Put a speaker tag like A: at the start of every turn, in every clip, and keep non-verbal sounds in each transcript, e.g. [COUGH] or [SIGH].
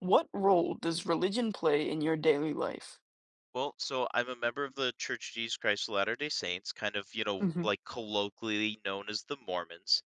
A: What role does religion play in your daily life?
B: Well, so I'm a member of the Church of Jesus Christ of Latter-day Saints, kind of, you know,
A: Mhm.
B: like colloquially known as the Mormons.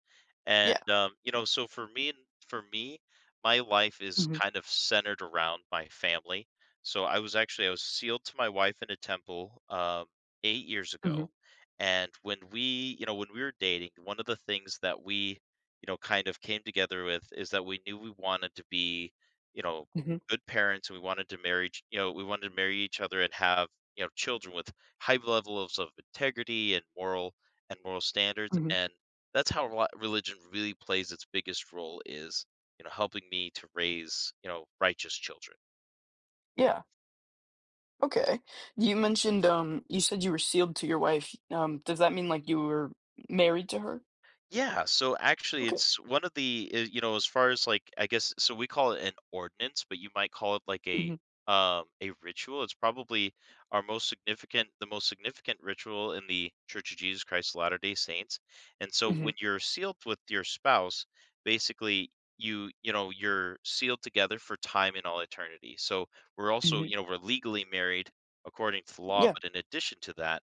B: And
A: Yeah.
B: you know, so for me, my life is
A: Mhm.
B: kind of centered around my family. So I was sealed to my wife in a temple 8 years
A: Mhm.
B: ago. And when we, you know, when we were dating, one of the things that we, you know, kind of came together with is that we knew we wanted to be, you know,
A: Mhm.
B: good parents and we wanted to you know we wanted to marry each other and have you know children with high levels of integrity and moral standards
A: Mhm.
B: and that's how religion really plays its biggest role is you know helping me to raise you know righteous children.
A: Yeah. Okay. You mentioned, you said you were sealed to your wife. Does that mean like you were married to her?
B: Yeah, so actually
A: Okay.
B: it's one of the you know, as far as like I guess so we call it an ordinance, but you might call it like
A: Mhm.
B: a ritual. It's probably our most significant the most significant ritual in the Church of Jesus Christ of Latter-day Saints. And so
A: Mhm.
B: when you're sealed with your spouse, basically you know, you're sealed together for time in all eternity. So we're also,
A: Mhm.
B: you know, we're legally married according to the law,
A: Yeah.
B: but in addition to that,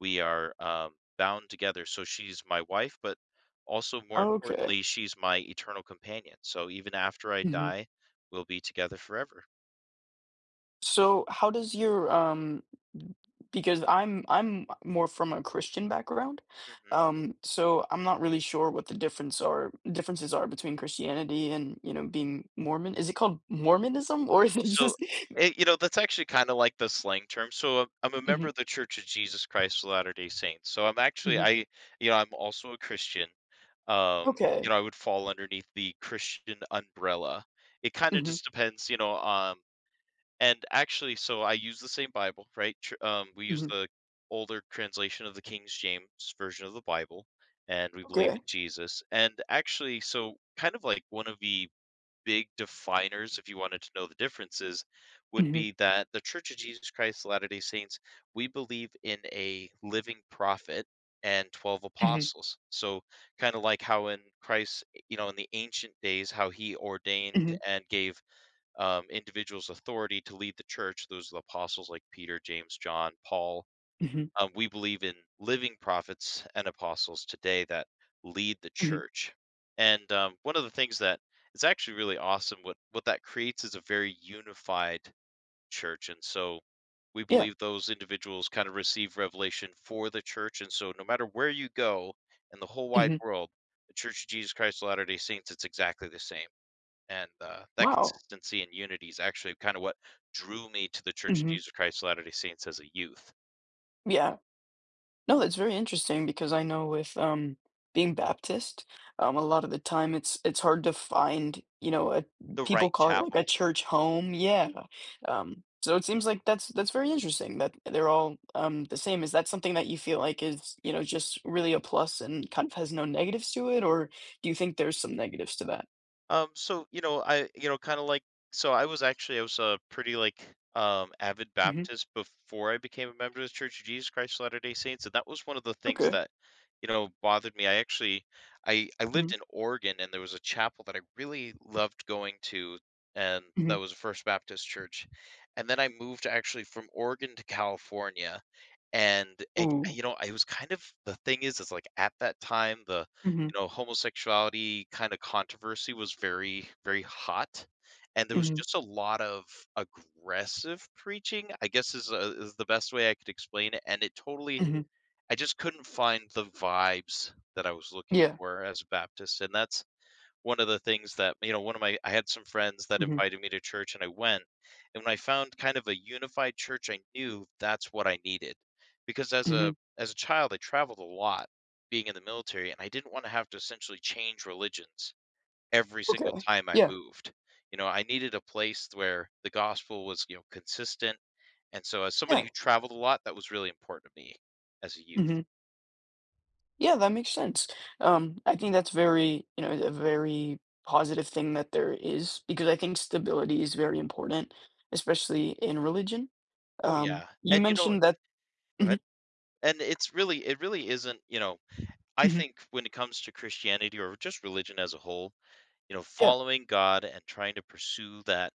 B: we are bound together. So she's my wife, but also, more
A: Okay.
B: importantly, she's my eternal companion. So even after I
A: Mhm.
B: die, we'll be together forever.
A: So how does your because I'm more from a Christian background.
B: Mhm.
A: So I'm not really sure what the differences are between Christianity and, you know, being Mormon. Is it called Mormonism or is it
B: So,
A: just [LAUGHS]
B: you know, that's actually kind of like the slang term. So I'm a member
A: Mhm.
B: of the Church of Jesus Christ of Latter-day Saints. So
A: Mhm.
B: you know, I'm also a Christian.
A: Okay.
B: You know, I would fall underneath the Christian umbrella. It kind of
A: Mhm.
B: just depends, you know, and actually, so I use the same Bible, right? We use
A: Mhm.
B: the older translation of the King James version of the Bible, and we believe in
A: Okay.
B: Jesus. And actually, so kind of like one of the big definers, if you wanted to know the differences, would
A: Mhm.
B: be that the Church of Jesus Christ of Latter day Saints, we believe in a living prophet and 12
A: Mhm.
B: apostles. So, kind of like how in Christ, you know, in the ancient days, how he ordained
A: Mhm.
B: and gave individual's authority to lead the church. Those are the apostles like Peter, James, John, Paul.
A: Mhm.
B: We believe in living prophets and apostles today that lead the
A: Mhm.
B: church. And one of the things that is actually really awesome, what that creates is a very unified church. And so we
A: Yeah.
B: believe those individuals kind of receive revelation for the church. And so no matter where you go in the whole wide
A: Mhm.
B: world, the Church of Jesus Christ of Latter day Saints, it's exactly the same and that
A: Wow.
B: consistency and unity is actually kind of what drew me to the Church of
A: Mhm.
B: Jesus Christ of Latter-day Saints as a youth.
A: Yeah. No, that's very interesting because I know with being Baptist, a lot of the time it's hard to find, you know, a
B: The
A: people
B: right
A: call it like a
B: chapel.
A: church home. Yeah. Um, so it seems like that's very interesting that they're all the same. Is that something that you feel like is, you know, just really a plus and kind of has no negatives to it, or do you think there's some negatives to that?
B: So, you know, kind of like, so I was a pretty like, avid
A: Hmm.
B: Baptist before I became a member of the Church of Jesus Christ of Latter-day Saints. And that was one of the things
A: Okay.
B: that, you know, bothered me. I lived
A: Hmm.
B: in Oregon and there was a chapel that I really loved going to. And that
A: Hmm.
B: was a First Baptist church. And then I moved actually from Oregon to California.
A: Ooh.
B: You know, I was kind of, the thing is like at that time,
A: Hmm.
B: you know, homosexuality kind of controversy was very, very hot. And there was
A: Hmm.
B: just a lot of aggressive preaching, I guess is the best way I could explain it.
A: Hmm.
B: I just couldn't find the vibes that I was looking
A: Yeah.
B: for as a Baptist. And that's one of the things that you know one of my I had some friends that
A: Hmm.
B: invited me to church and I went, and when I found kind of a unified church I knew that's what I needed, because as
A: Hmm.
B: a child I traveled a lot being in the military, and I didn't want to have to essentially change religions every
A: Okay.
B: single time I
A: Yeah.
B: moved. You know, I needed a place where the gospel was, you know, consistent, and so as somebody
A: Yeah.
B: who traveled a lot that was really important to me as a youth.
A: Hmm. Yeah, that makes sense. I think that's very, you know, a very positive thing that there is because I think stability is very important, especially in religion.
B: Oh yeah,
A: You
B: and you know,
A: mentioned that.
B: go ahead.
A: Mhm.
B: And it's really, it really isn't, you know, I
A: Mhm.
B: think when it comes to Christianity or just religion as a whole, you know,
A: Yeah.
B: following God and trying to pursue that,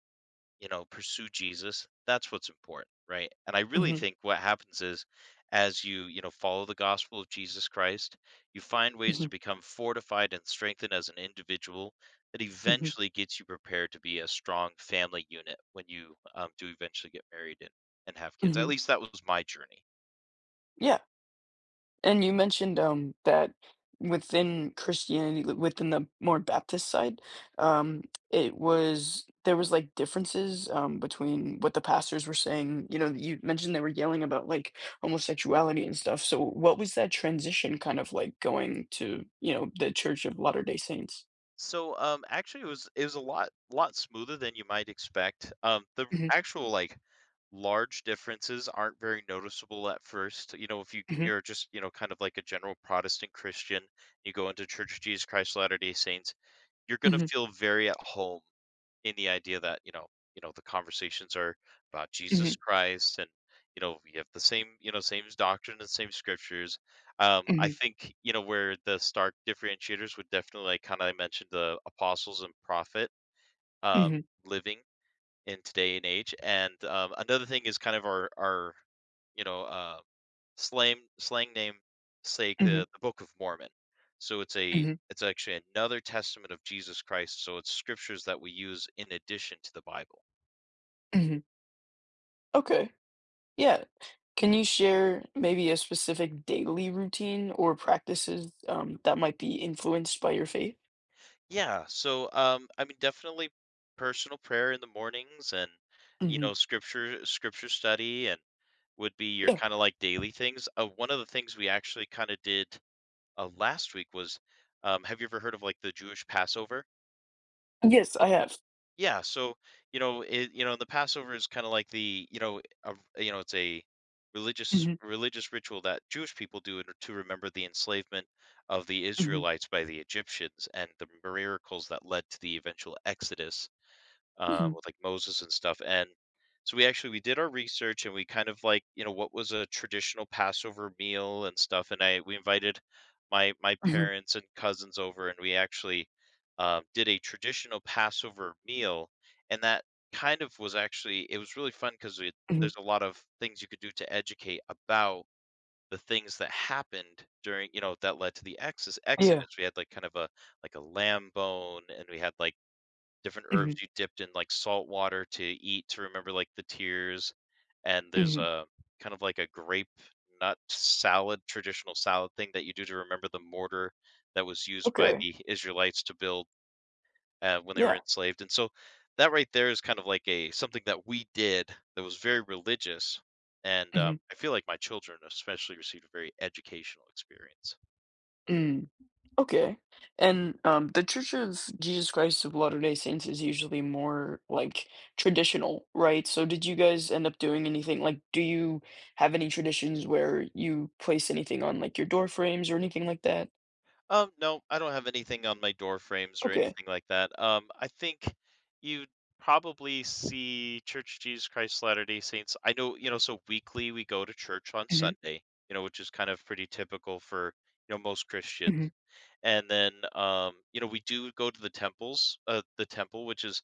B: you know, pursue Jesus, that's what's important, right? And I really
A: Hmm.
B: think what happens is as you know, follow the gospel of Jesus Christ, you find ways
A: Hmm.
B: to become fortified and strengthened as an individual that
A: Hmm.
B: eventually gets you prepared to be a strong family unit when you do eventually get married and have kids. At
A: Hmm.
B: least that was my journey.
A: Yeah. And you mentioned that within Christianity, li- within the more Baptist side, um, it was there was like differences between what the pastors were saying. You know, you mentioned they were yelling about like homosexuality and stuff. So, what was that transition kind of like going to you know the Church of Latter Day Saints?
B: So, actually, it was a lot smoother than you might expect. The
A: Mm-hmm.
B: actual like large differences aren't very noticeable at first. You know, if
A: Mm-hmm.
B: you're just you know kind of like a general Protestant Christian, you go into Church of Jesus Christ of Latter Day Saints, you're gonna
A: Hmm.
B: feel very at home in the idea that you know the conversations are about Jesus Christ and you know we have the same you know same doctrine and same scriptures. I
A: Hmm.
B: think you know where the stark differentiators would definitely like I mentioned the apostles and prophet, um
A: Hmm.
B: living in today and age, and another thing is kind of our you know uh slang name sake,
A: Hmm.
B: the Book of Mormon. So it's a it's actually another testament of Jesus Christ, so it's scriptures that we use in addition to the Bible.
A: Hmm. Okay. Yeah. Can you share maybe a specific daily routine or practices that might be influenced by your faith?
B: Yeah, so, I mean, definitely personal prayer in the mornings and, you
A: Hmm.
B: know, scripture study and would be your
A: Yeah.
B: kinda, like, daily things. One of the things we actually kinda did, last week was, have you ever heard of, like, the Jewish Passover?
A: Yes, I have.
B: Yeah, so, you know, it you know, the Passover is kinda like the, you know, a, you know, it's a
A: Hmm.
B: religious ritual that Jewish people do in to remember the enslavement of the
A: Hmm.
B: Israelites by the Egyptians and the miracles that led to the eventual exodus,
A: Hmm.
B: with like Moses and stuff. And so we did our research and we kind of like you know what was a traditional Passover meal and stuff. And I we invited my
A: Hmm.
B: parents and cousins over and we actually, did a traditional Passover meal. And that kind of was actually it was really fun because
A: Hmm.
B: there's a lot of things you could do to educate about the things that happened during, you know, that led to the
A: Yeah.
B: exodus. We had like kind of a like a lamb bone, and we had like different
A: Hmm.
B: herbs you dipped in, like, salt water to eat to remember, like, the tears, and there's
A: Hmm.
B: a kind of like a grape nut salad, traditional salad thing that you do to remember the mortar that was used by
A: Okay.
B: the Israelites to build, when they were
A: Yeah.
B: enslaved, and so that right there is kind of like a something that we did that was very religious, and,
A: Hmm.
B: I feel like my children especially received a very educational experience.
A: Mm. Okay. And the Church of Jesus Christ of Latter-day Saints is usually more like traditional, right? So did you guys end up doing anything? Like, do you have any traditions where you place anything on like your door frames or anything like that?
B: No, I don't have anything on my door frames or
A: Okay.
B: anything like that. I think you probably see Church of Jesus Christ Latter-day Saints. I know, you know, so weekly we go to church on
A: Mhm.
B: Sunday, you know, which is kind of pretty typical for, you know, most
A: Mhm.
B: Christians. And then, you know, we do go to the temple, which is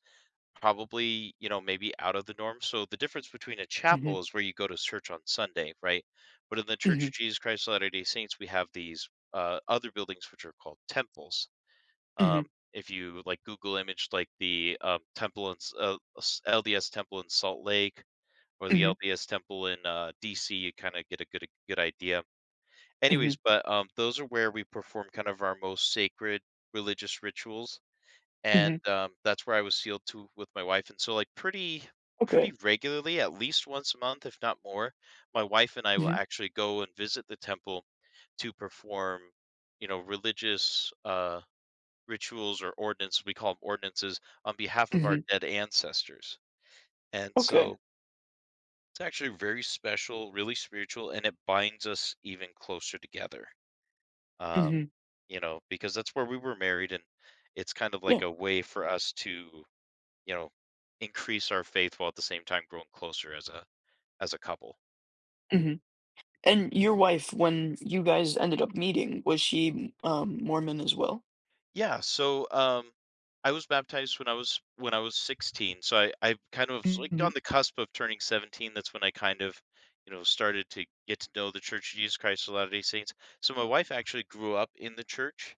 B: probably, you know, maybe out of the norm. So the difference between a
A: Mhm.
B: chapel is where you go to church on Sunday, right? But in the Church
A: Mhm.
B: of Jesus Christ of Latter-day Saints, we have these other buildings which are called temples.
A: Mhm.
B: Um, if you like Google image like the temple in LDS temple in Salt Lake or the
A: Mhm.
B: LDS temple in DC, you kind of get a good idea.
A: Mhm.
B: Anyways, but those are where we perform kind of our most sacred religious rituals and
A: Mhm.
B: that's where I was sealed to with my wife. And so, like, pretty
A: Okay.
B: regularly, at least once a month, if not more, my wife and I will
A: Mhm.
B: actually go and visit the temple to perform, you know, religious rituals or ordinances. We call them ordinances on behalf of our
A: Mhm.
B: dead ancestors. And
A: Okay.
B: so it's actually very special, really spiritual, and it binds us even closer together. Um,
A: Mhm.
B: you know, because that's where we were married, and it's kind of like
A: Yeah.
B: a way for us to you know, increase our faith while at the same time growing closer as a couple.
A: Mhm. And your wife, when you guys ended up meeting, was she Mormon as well?
B: Yeah, so I was baptized when I was 16. So I kind of was, like, on
A: Mhm.
B: the cusp of turning 17. That's when I kind of, started to get to know the Church of Jesus Christ of Latter-day Saints. So my wife actually grew up in the church,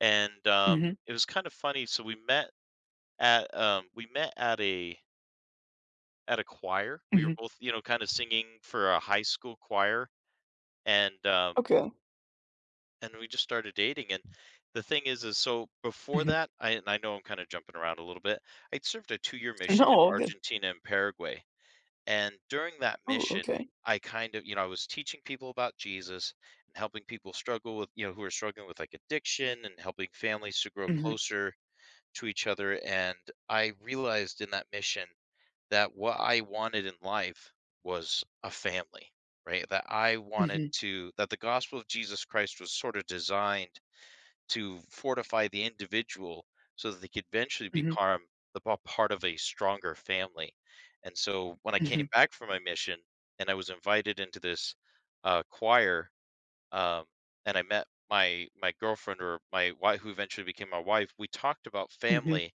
B: and
A: Mhm.
B: it was kind of funny. So we met at a choir. We were
A: Mhm.
B: both, you know, kind of singing for a high school choir, and um
A: Okay. Mhm.
B: and we just started dating. And the thing is so before that,
A: [LAUGHS]
B: I know I'm kind of jumping around a little bit. I'd served a 2-year
A: No,
B: mission in
A: all good.
B: Argentina and Paraguay. And during that
A: Oh,
B: mission,
A: okay.
B: I kind of, you know, I was teaching people about Jesus and helping people struggle with, you know, who are struggling with, like, addiction, and helping families to grow
A: Mhm.
B: closer to each other. And I realized in that mission that what I wanted in life was a family, right? That I wanted
A: Mhm.
B: to that the gospel of Jesus Christ was sort of designed to fortify the individual so that they could eventually
A: Mhm.
B: become part of a stronger family. And so when I
A: Mhm.
B: came back from my mission and I was invited into this choir, um, and I met my girlfriend, or my wife, who eventually became my wife, we talked about
A: Mhm.
B: family,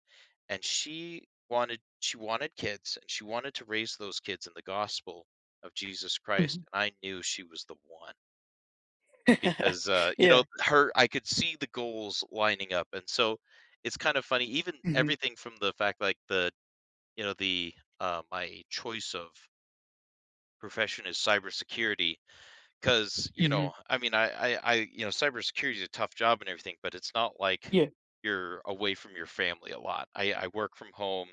B: and she wanted kids, and she wanted to raise those kids in the gospel of Jesus Christ,
A: Mhm.
B: and I knew she was the one.
A: [LAUGHS]
B: Because, you
A: Yeah.
B: know, her I could see the goals lining up. And so it's kind of funny, even
A: Mhm.
B: everything from the fact, like, the you know, the, my choice of profession is cybersecurity. Because, you
A: Mhm.
B: know, I mean, I you know, cybersecurity is a tough job and everything, but it's not like
A: Yeah.
B: you're away from your family a lot. I work from home,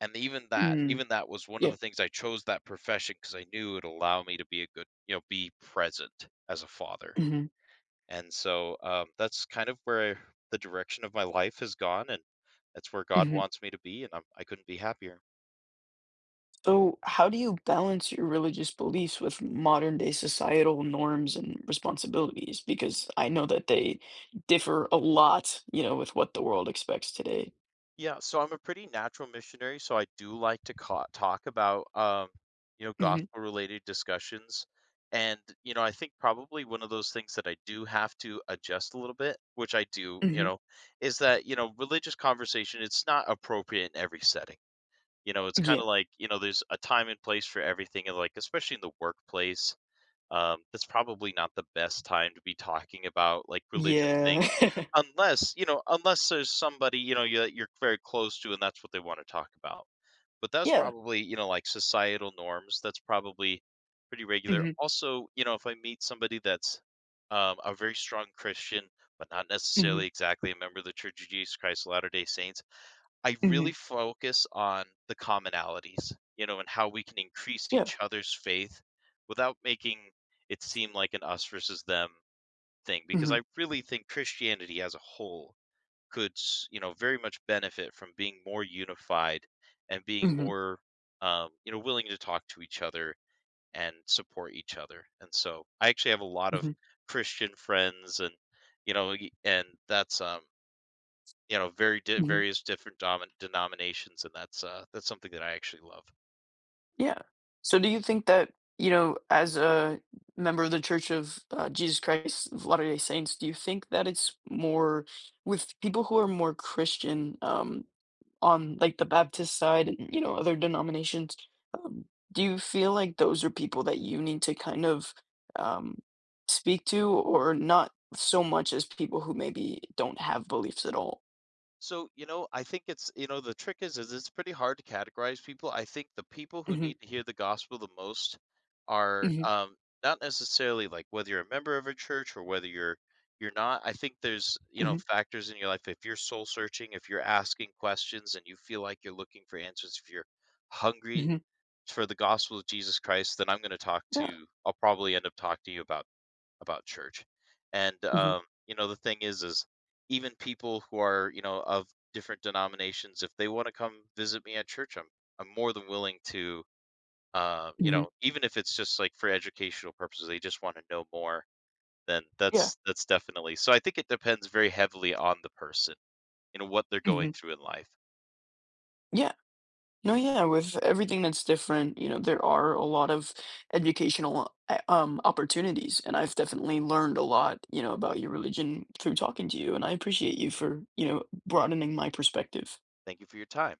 B: and
A: Mhm.
B: even that was one of
A: Yeah.
B: the things. I chose that profession because I knew it'd allow me to be a good, you know, be present as a father.
A: Mhm.
B: And so that's kind of where the direction of my life has gone, and that's where God
A: Mhm.
B: wants me to be, and I couldn't be happier.
A: So, how do you balance your religious beliefs with modern day societal norms and responsibilities? Because I know that they differ a lot, you know, with what the world expects today.
B: Yeah, so I'm a pretty natural missionary, so I do like to talk about, you know,
A: Hmm.
B: gospel related discussions. And you know, I think probably one of those things that I do have to adjust a little bit, which I do, you
A: Hmm.
B: know, is that, you know, religious conversation, it's not appropriate in every setting. You know, it's kind
A: Yeah.
B: of like, you know, there's a time and place for everything, and like, especially in the workplace, that's probably not the best time to be talking about like religious [LAUGHS]
A: Yeah.
B: things,
A: [LAUGHS]
B: unless, you know, unless there's somebody, you know, that you're very close to and that's what they want to talk about. But that's
A: Yeah.
B: probably, you know, like, societal norms, that's probably pretty regular.
A: Hmm.
B: Also, you know, if I meet somebody that's a very strong Christian but not
A: Hmm.
B: necessarily exactly a member of the Church of Jesus Christ of latter day saints, I
A: Hmm.
B: really focus on the commonalities, you know, and how we can increase
A: Yeah.
B: each other's faith without making it seem like an us versus them thing. Because
A: Hmm.
B: I really think Christianity as a whole could, you know, very much benefit from being more unified and being
A: Hmm.
B: more, you know, willing to talk to each other and support each other. And so I actually have a lot of Christian friends, and, and that's, you know, very di
A: Hmm.
B: various different domin denominations, and that's something that I actually love.
A: Yeah. So do you think that, you know, as a member of the Church of Jesus Christ of Latter-day Saints, do you think that it's more with people who are more Christian, on like the Baptist side and, you know, other denominations, um, do you feel like those are people that you need to kind of um, speak to or not so much as people who maybe don't have beliefs at all?
B: So, you know, I think it's you know, the trick is it's pretty hard to categorize people. I think the people who
A: Hmm.
B: need to hear the gospel the most are,
A: Hmm.
B: not necessarily, like, whether you're a member of a church or whether you're not. I think there's, you know,
A: Hmm.
B: factors in your life. If you're soul searching, if you're asking questions and you feel like you're looking for answers, if you're hungry
A: Hmm.
B: for the gospel of Jesus Christ, then
A: Yeah.
B: I'll probably end up talking to you about church. And
A: Hmm.
B: you know, the thing is even people who are, you know, of different denominations, if they want to come visit me at church, I'm more than willing to, you
A: Hmm.
B: know, even if it's just like for educational purposes, they just want to know more, then
A: Yeah.
B: that's definitely. So I think it depends very heavily on the person, you know, what they're going
A: Hmm.
B: through in life.
A: Yeah. No, yeah, with everything that's different, you know, there are a lot of educational opportunities, and I've definitely learned a lot, you know, about your religion through talking to you, and I appreciate you for, you know, broadening my perspective.
B: Thank you for your time.